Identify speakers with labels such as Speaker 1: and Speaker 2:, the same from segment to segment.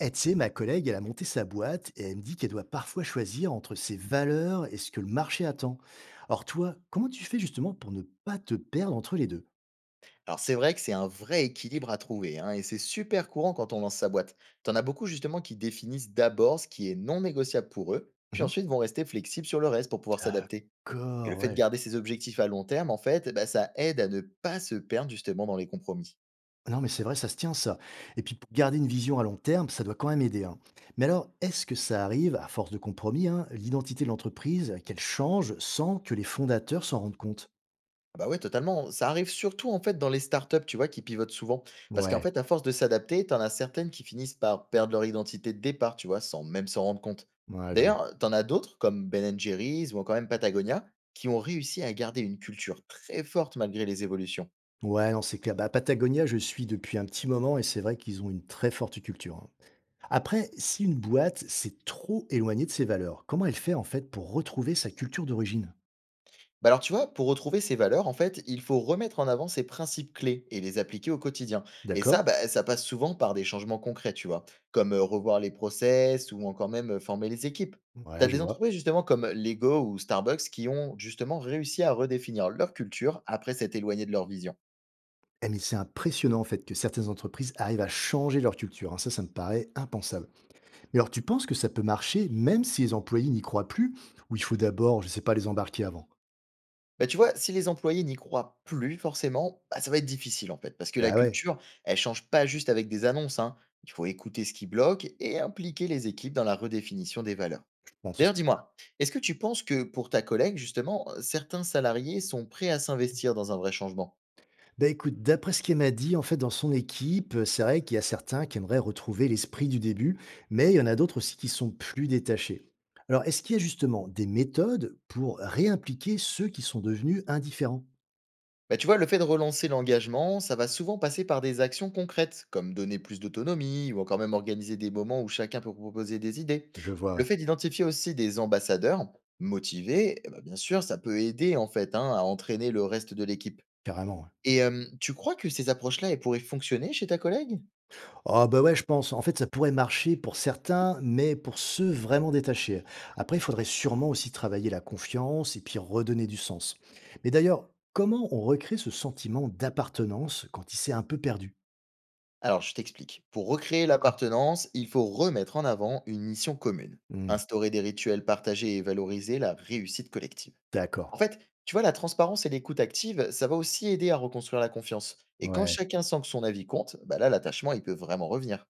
Speaker 1: Eh, tu sais, ma collègue, elle a monté sa boîte et elle me dit qu'elle doit parfois choisir entre ses valeurs et ce que le marché attend. Alors toi, comment tu fais justement pour ne pas te perdre entre les deux?
Speaker 2: Alors c'est vrai que c'est un vrai équilibre à trouver, hein, et c'est super courant quand on lance sa boîte. T'en as beaucoup justement qui définissent d'abord ce qui est non négociable pour eux, puis
Speaker 1: Mhm.
Speaker 2: ensuite vont rester flexibles sur le reste pour pouvoir s'adapter. Et le
Speaker 1: D'accord,
Speaker 2: fait de
Speaker 1: ouais.
Speaker 2: garder ses objectifs à long terme, en fait, bah, ça aide à ne pas se perdre justement dans les compromis.
Speaker 1: Non, mais c'est vrai, ça se tient ça. Et puis pour garder une vision à long terme, ça doit quand même aider, hein. Mais alors, est-ce que ça arrive, à force de compromis, hein, l'identité de l'entreprise, qu'elle change sans que les fondateurs s'en rendent compte?
Speaker 2: Ah bah ouais, totalement. Ça arrive surtout en fait dans les startups, tu vois, qui pivotent souvent. Parce qu'en
Speaker 1: Ouais,
Speaker 2: fait, à force de s'adapter, t'en as certaines qui finissent par perdre leur identité de départ, tu vois, sans même s'en rendre compte.
Speaker 1: ouais, je vois.
Speaker 2: D'ailleurs, t'en as d'autres, comme Ben Jerry's ou encore même Patagonia, qui ont réussi à garder une culture très forte malgré les évolutions.
Speaker 1: Ouais, non, c'est clair. Bah, Patagonia, je suis depuis un petit moment et c'est vrai qu'ils ont une très forte culture, hein. Après, si une boîte s'est trop éloignée de ses valeurs, comment elle fait en fait pour retrouver sa culture d'origine?
Speaker 2: Bah alors tu vois, pour retrouver ces valeurs, en fait, il faut remettre en avant ces principes clés et les appliquer au quotidien. Et
Speaker 1: D'accord?
Speaker 2: ça, bah, ça passe souvent par des changements concrets, tu vois, comme revoir les process ou encore même former les équipes.
Speaker 1: Mm.
Speaker 2: Tu
Speaker 1: Ouais,
Speaker 2: as
Speaker 1: je
Speaker 2: des
Speaker 1: vois.
Speaker 2: entreprises justement comme Lego ou Starbucks qui ont justement réussi à redéfinir leur culture après s'être éloigné de leur vision.
Speaker 1: Eh, mais c'est impressionnant en fait que certaines entreprises arrivent à changer leur culture, hein. Ça me paraît impensable. Mais alors, tu penses que ça peut marcher même si les employés n'y croient plus, ou il faut d'abord, je sais pas, les embarquer avant?
Speaker 2: Bah tu vois, si les employés n'y croient plus forcément, bah, ça va être difficile en fait, parce que la
Speaker 1: Bah ouais,
Speaker 2: culture, elle change pas juste avec des annonces, hein. Il faut écouter ce qui bloque et impliquer les équipes dans la redéfinition des valeurs.
Speaker 1: je pense.
Speaker 2: D'ailleurs, dis-moi, est-ce que tu penses que pour ta collègue, justement, certains salariés sont prêts à s'investir dans un vrai changement?
Speaker 1: Bah écoute, d'après ce qu'elle m'a dit, en fait, dans son équipe, c'est vrai qu'il y a certains qui aimeraient retrouver l'esprit du début, mais il y en a d'autres aussi qui sont plus détachés. Alors, est-ce qu'il y a justement des méthodes pour réimpliquer ceux qui sont devenus indifférents?
Speaker 2: Bah, tu vois, le fait de relancer l'engagement, ça va souvent passer par des actions concrètes, comme donner plus d'autonomie ou encore même organiser des moments où chacun peut proposer des idées.
Speaker 1: Je vois,
Speaker 2: Le
Speaker 1: ouais.
Speaker 2: fait d'identifier aussi des ambassadeurs motivés, eh bah, bien sûr, ça peut aider, en fait, hein, à entraîner le reste de l'équipe.
Speaker 1: Carrément, ouais.
Speaker 2: Et tu crois que ces approches-là, elles pourraient fonctionner chez ta collègue?
Speaker 1: Ah bah ouais, je pense. En fait, ça pourrait marcher pour certains, mais pour ceux vraiment détachés. Après, il faudrait sûrement aussi travailler la confiance et puis redonner du sens. Mais d'ailleurs, comment on recrée ce sentiment d'appartenance quand il s'est un peu perdu?
Speaker 2: Alors, je t'explique. Pour recréer l'appartenance, il faut remettre en avant une mission commune,
Speaker 1: Hmm,
Speaker 2: instaurer des rituels partagés et valoriser la réussite collective.
Speaker 1: d'accord.
Speaker 2: En fait, tu vois, la transparence et l'écoute active, ça va aussi aider à reconstruire la confiance. Et quand
Speaker 1: Ouais,
Speaker 2: chacun sent que son avis compte, bah là, l'attachement, il peut vraiment revenir.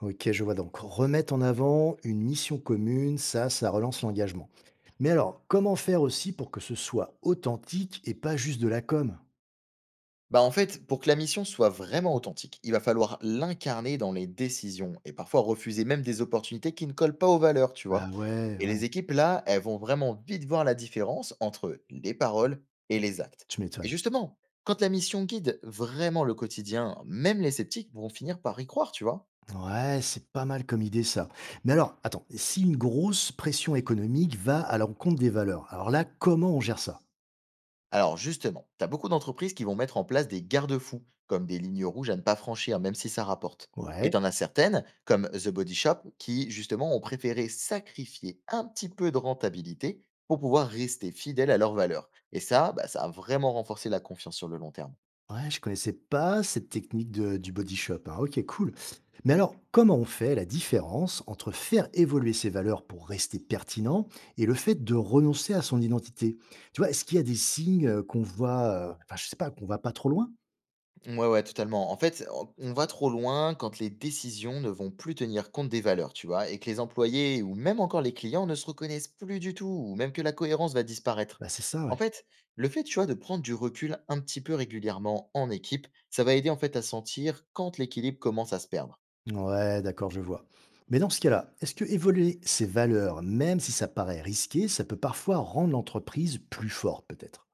Speaker 1: ok, je vois donc. Remettre en avant une mission commune, ça relance l'engagement. Mais alors, comment faire aussi pour que ce soit authentique et pas juste de la com?
Speaker 2: Bah, en fait, pour que la mission soit vraiment authentique, il va falloir l'incarner dans les décisions et parfois refuser même des opportunités qui ne collent pas aux valeurs, tu
Speaker 1: Bah
Speaker 2: vois.
Speaker 1: ouais,
Speaker 2: Et
Speaker 1: ouais,
Speaker 2: les équipes, là, elles vont vraiment vite voir la différence entre les paroles et les actes.
Speaker 1: tu
Speaker 2: Et
Speaker 1: m'étonnes.
Speaker 2: justement, quand la mission guide vraiment le quotidien, même les sceptiques vont finir par y croire, tu vois.
Speaker 1: Ouais, c'est pas mal comme idée ça. Mais alors, attends, si une grosse pression économique va à l'encontre des valeurs, alors là, comment on gère ça?
Speaker 2: Alors justement, tu as beaucoup d'entreprises qui vont mettre en place des garde-fous, comme des lignes rouges à ne pas franchir, même si ça rapporte. Et
Speaker 1: Ouais.
Speaker 2: t'en as certaines, comme The Body Shop, qui justement ont préféré sacrifier un petit peu de rentabilité pour pouvoir rester fidèles à leurs valeurs. Et ça, bah, ça a vraiment renforcé la confiance sur le long terme.
Speaker 1: Ouais, je connaissais pas cette technique du body shop, hein. Ok, cool. Mais alors, comment on fait la différence entre faire évoluer ses valeurs pour rester pertinent et le fait de renoncer à son identité? Tu vois, est-ce qu'il y a des signes qu'on voit, enfin, je sais pas, qu'on va pas trop loin?
Speaker 2: Ouais, ouais, totalement. En fait, on va trop loin quand les décisions ne vont plus tenir compte des valeurs, tu vois, et que les employés ou même encore les clients ne se reconnaissent plus du tout, ou même que la cohérence va disparaître.
Speaker 1: Bah, c'est ça,
Speaker 2: En
Speaker 1: ouais.
Speaker 2: fait, le fait, tu vois, de prendre du recul un petit peu régulièrement en équipe, ça va aider en fait à sentir quand l'équilibre commence à se perdre.
Speaker 1: Ouais, d'accord, je vois. Mais dans ce cas-là, est-ce que évoluer ses valeurs, même si ça paraît risqué, ça peut parfois rendre l'entreprise plus forte, peut-être?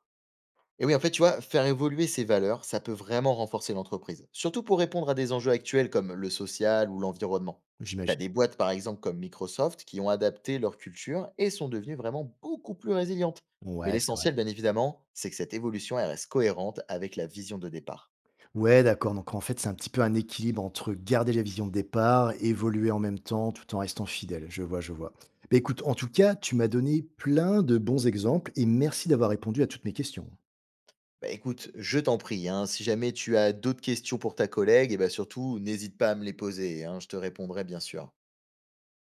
Speaker 2: Et oui, en fait, tu vois, faire évoluer ces valeurs, ça peut vraiment renforcer l'entreprise, surtout pour répondre à des enjeux actuels comme le social ou l'environnement. T'as
Speaker 1: J'imagine.
Speaker 2: des boîtes, par exemple, comme Microsoft, qui ont adapté leur culture et sont devenues vraiment beaucoup plus résilientes. Mais
Speaker 1: Ouais, c'est vrai.
Speaker 2: l'essentiel, bien évidemment, c'est que cette évolution, elle reste cohérente avec la vision de départ.
Speaker 1: Ouais, d'accord. Donc en fait, c'est un petit peu un équilibre entre garder la vision de départ, évoluer en même temps, tout en restant fidèle. Je vois, je vois. Mais écoute, en tout cas, tu m'as donné plein de bons exemples et merci d'avoir répondu à toutes mes questions.
Speaker 2: Bah écoute, je t'en prie, hein, si jamais tu as d'autres questions pour ta collègue, et bah surtout, n'hésite pas à me les poser, hein, je te répondrai bien sûr.